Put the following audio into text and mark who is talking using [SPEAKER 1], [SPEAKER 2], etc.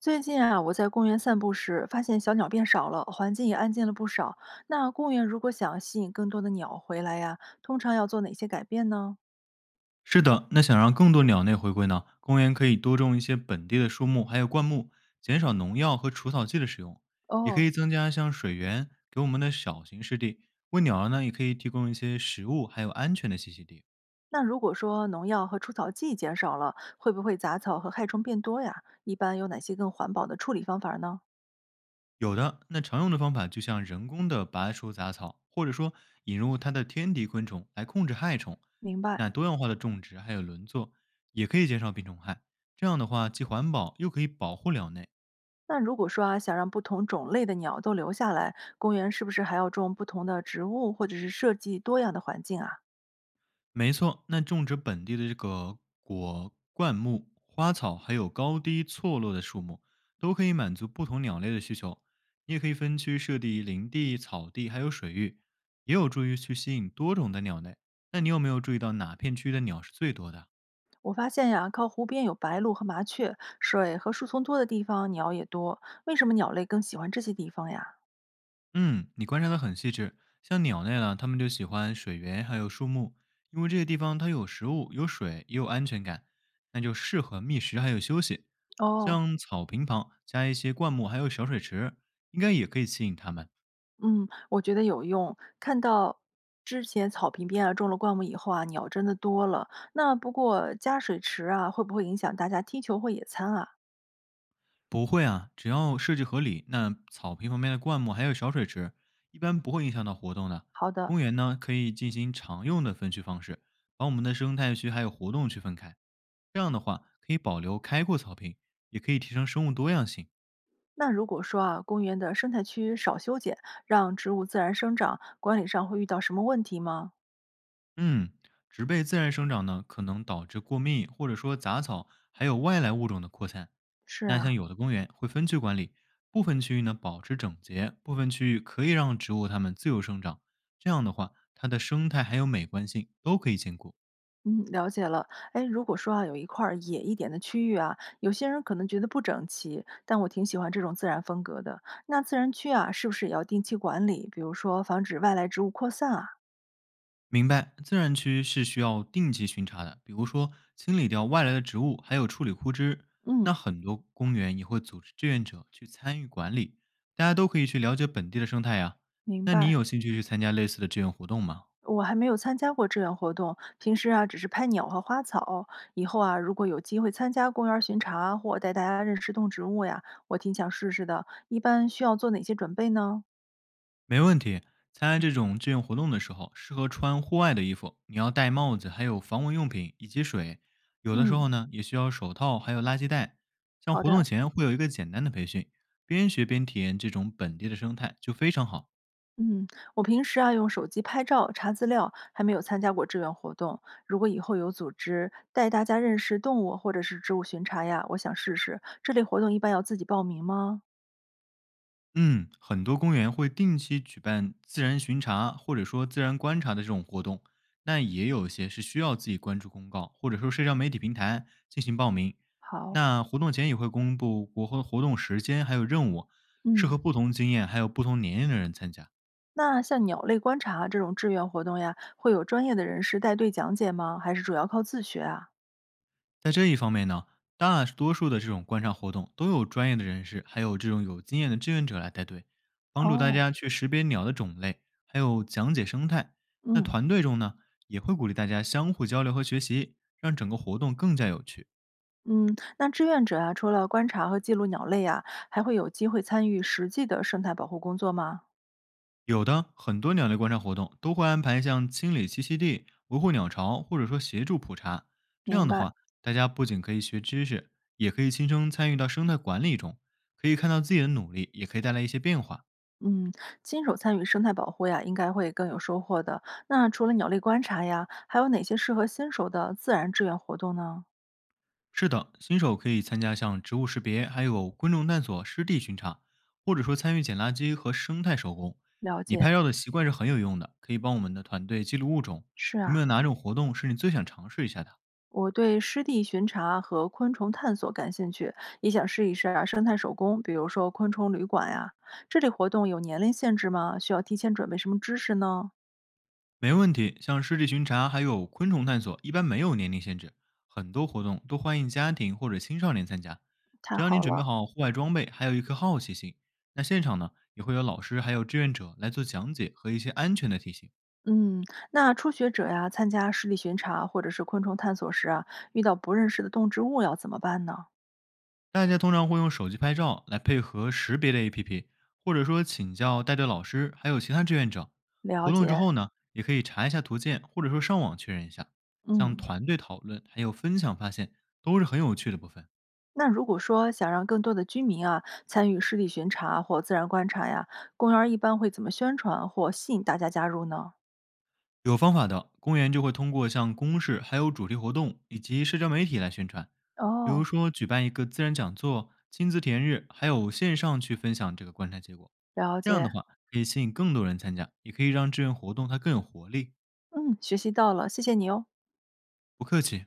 [SPEAKER 1] 最近啊，我在公园散步时发现小鸟变少了，环境也安静了不少。那公园如果想吸引更多的鸟回来呀，通常要做哪些改变呢？
[SPEAKER 2] 是的，那想让更多鸟类回归呢，公园可以多种一些本地的树木，还有灌木，减少农药和除草剂的使用，也可
[SPEAKER 1] 哦，
[SPEAKER 2] 以增加像水源给我们的小型湿地，为鸟儿呢也可以提供一些食物，还有安全的栖息地。
[SPEAKER 1] 那如果说农药和除草剂减少了，会不会杂草和害虫变多呀？一般有哪些更环保的处理方法呢？
[SPEAKER 2] 有的那常用的方法就像人工的拔除杂草，或者说引入它的天敌昆虫来控制害虫。
[SPEAKER 1] 明白。
[SPEAKER 2] 那多样化的种植还有轮作，也可以减少病虫害。这样的话，既环保又可以保护鸟类。
[SPEAKER 1] 那如果说啊，想让不同种类的鸟都留下来，公园是不是还要种不同的植物，或者是设计多样的环境啊？
[SPEAKER 2] 没错，那种植本地的这个果灌木、花草，还有高低错落的树木，都可以满足不同鸟类的需求。你也可以分区设立林地、草地，还有水域，也有助于去吸引多种的鸟类。那你有没有注意到哪片区的鸟是最多的啊？
[SPEAKER 1] 我发现呀，靠湖边有白鹭和麻雀，水和树丛多的地方鸟也多。为什么鸟类更喜欢这些地方呀？
[SPEAKER 2] 嗯，你观察的很细致。像鸟类呢，它们就喜欢水源还有树木，因为这些地方它有食物、有水，也有安全感，那就适合觅食还有休息。
[SPEAKER 1] 哦，
[SPEAKER 2] 像草坪旁加一些灌木，还有小水池，应该也可以吸引它们。
[SPEAKER 1] 嗯，我觉得有用。看到之前草坪边啊种了灌木以后啊，鸟真的多了。那不过加水池啊，会不会影响大家踢球或野餐啊？
[SPEAKER 2] 不会啊，只要设计合理，那草坪旁边的灌木还有小水池，一般不会影响到活动的。
[SPEAKER 1] 好的。
[SPEAKER 2] 公园呢，可以进行常用的分区方式，把我们的生态区还有活动区分开。这样的话，可以保留开阔草坪，也可以提升生物多样性。
[SPEAKER 1] 那如果说啊，公园的生态区少修剪，让植物自然生长，管理上会遇到什么问题吗？
[SPEAKER 2] 嗯，植被自然生长呢，可能导致过密或者说杂草还有外来物种的扩散。
[SPEAKER 1] 是
[SPEAKER 2] 那像
[SPEAKER 1] 啊，
[SPEAKER 2] 有的公园会分区管理，部分区域呢保持整洁，部分区域可以让植物它们自由生长。这样的话，它的生态还有美观性都可以兼顾。
[SPEAKER 1] 嗯，了解了。哎，如果说啊，有一块儿野一点的区域啊，有些人可能觉得不整齐，但我挺喜欢这种自然风格的。那自然区啊，是不是也要定期管理？比如说防止外来植物扩散啊？
[SPEAKER 2] 明白，自然区是需要定期巡查的，比如说清理掉外来的植物，还有处理枯枝。那
[SPEAKER 1] 嗯，
[SPEAKER 2] 很多公园也会组织志愿者去参与管理，大家都可以去了解本地的生态呀、
[SPEAKER 1] 明
[SPEAKER 2] 那
[SPEAKER 1] 白。
[SPEAKER 2] 你有兴趣去参加类似的志愿活动吗？
[SPEAKER 1] 我还没有参加过志愿活动，平时啊只是拍鸟和花草。以后啊，如果有机会参加公园儿巡查或带大家认识动植物呀，我挺想试试的。一般需要做哪些准备呢？
[SPEAKER 2] 没问题，参加这种志愿活动的时候，适合穿户外的衣服，你要戴帽子，还有防蚊用品以及水。有的时
[SPEAKER 1] 嗯，
[SPEAKER 2] 候呢，也需要手套，还有垃圾袋。像
[SPEAKER 1] 好
[SPEAKER 2] 活动
[SPEAKER 1] 的。
[SPEAKER 2] 前会有一个简单的培训，边学边体验这种本地的生态就非常好。
[SPEAKER 1] 嗯，我平时啊用手机拍照、查资料，还没有参加过志愿活动。如果以后有组织带大家认识动物或者是植物巡查呀，我想试试。这类活动一般要自己报名吗？
[SPEAKER 2] 嗯，很多公园会定期举办自然巡查或者说自然观察的这种活动，那也有些是需要自己关注公告或者说社交媒体平台进行报名。
[SPEAKER 1] 好，
[SPEAKER 2] 那活动前也会公布活动时间还有任务，适
[SPEAKER 1] 嗯，
[SPEAKER 2] 合不同经验还有不同年龄的人参加。
[SPEAKER 1] 那像鸟类观察啊这种志愿活动呀，会有专业的人士带队讲解吗？还是主要靠自学啊？
[SPEAKER 2] 在这一方面呢，大多数的这种观察活动都有专业的人士，还有这种有经验的志愿者来带队，帮助大
[SPEAKER 1] 哦，
[SPEAKER 2] 家去识别鸟的种类，还有讲解生态。那
[SPEAKER 1] 嗯。
[SPEAKER 2] 团队中呢，也会鼓励大家相互交流和学习，让整个活动更加有趣。
[SPEAKER 1] 嗯，那志愿者啊，除了观察和记录鸟类啊，还会有机会参与实际的生态保护工作吗？
[SPEAKER 2] 有的很多鸟类观察活动都会安排像清理栖息地、维护鸟巢，或者说协助普查。这
[SPEAKER 1] 明
[SPEAKER 2] 样的
[SPEAKER 1] 白。
[SPEAKER 2] 话，大家不仅可以学知识，也可以亲身参与到生态管理中，可以看到自己的努力，也可以带来一些变化。
[SPEAKER 1] 嗯，新手参与生态保护呀，应该会更有收获的。那除了鸟类观察呀，还有哪些适合新手的自然志愿活动呢？
[SPEAKER 2] 是的，新手可以参加像植物识别，还有昆虫探索、湿地巡查，或者说参与捡垃圾和生态手工。
[SPEAKER 1] 了
[SPEAKER 2] 你
[SPEAKER 1] 解，
[SPEAKER 2] 拍照的习惯是很有用的，可以帮我们的团队记录物种。
[SPEAKER 1] 是
[SPEAKER 2] 有没
[SPEAKER 1] 啊，
[SPEAKER 2] 有哪种活动是你最想尝试一下的？
[SPEAKER 1] 我对湿地巡查和昆虫探索感兴趣，也想试一试啊生态手工，比如说昆虫旅馆呀。这类活动有年龄限制吗？需要提前准备什么知识呢？
[SPEAKER 2] 没问题，像湿地巡查还有昆虫探索，一般没有年龄限制，很多活动都欢迎家庭或者青少年参加。
[SPEAKER 1] 太
[SPEAKER 2] 只要你
[SPEAKER 1] 好
[SPEAKER 2] 准备
[SPEAKER 1] 了。
[SPEAKER 2] 好户外装备，还有一颗好奇心，那现场呢也会有老师还有志愿者来做讲解和一些安全的提醒。
[SPEAKER 1] 嗯，那初学者呀，参加湿地巡查或者是昆虫探索时啊，遇到不认识的动植物要怎么办呢？
[SPEAKER 2] 大家通常会用手机拍照来配合识别的 APP，或者说请教带队老师，还有其他志愿者。
[SPEAKER 1] 了
[SPEAKER 2] 活动之
[SPEAKER 1] 解，
[SPEAKER 2] 后呢，也可以查一下图鉴，或者说上网确认一下。像
[SPEAKER 1] 嗯。
[SPEAKER 2] 团队讨论还有分享发现，都是很有趣的部分。
[SPEAKER 1] 那如果说想让更多的居民啊参与湿地巡查或自然观察呀，公园儿一般会怎么宣传或吸引大家加入呢？
[SPEAKER 2] 有方法的公园就会通过像公示、还有主题活动以及社交媒体来宣传，比如
[SPEAKER 1] 哦，
[SPEAKER 2] 说举办一个自然讲座、亲子体验日，还有线上去分享这个观察结果。
[SPEAKER 1] 了
[SPEAKER 2] 这样的
[SPEAKER 1] 解，
[SPEAKER 2] 话，可以吸引更多人参加，也可以让志愿活动它更有活力。
[SPEAKER 1] 嗯，学习到了，谢谢你哦。
[SPEAKER 2] 不客气。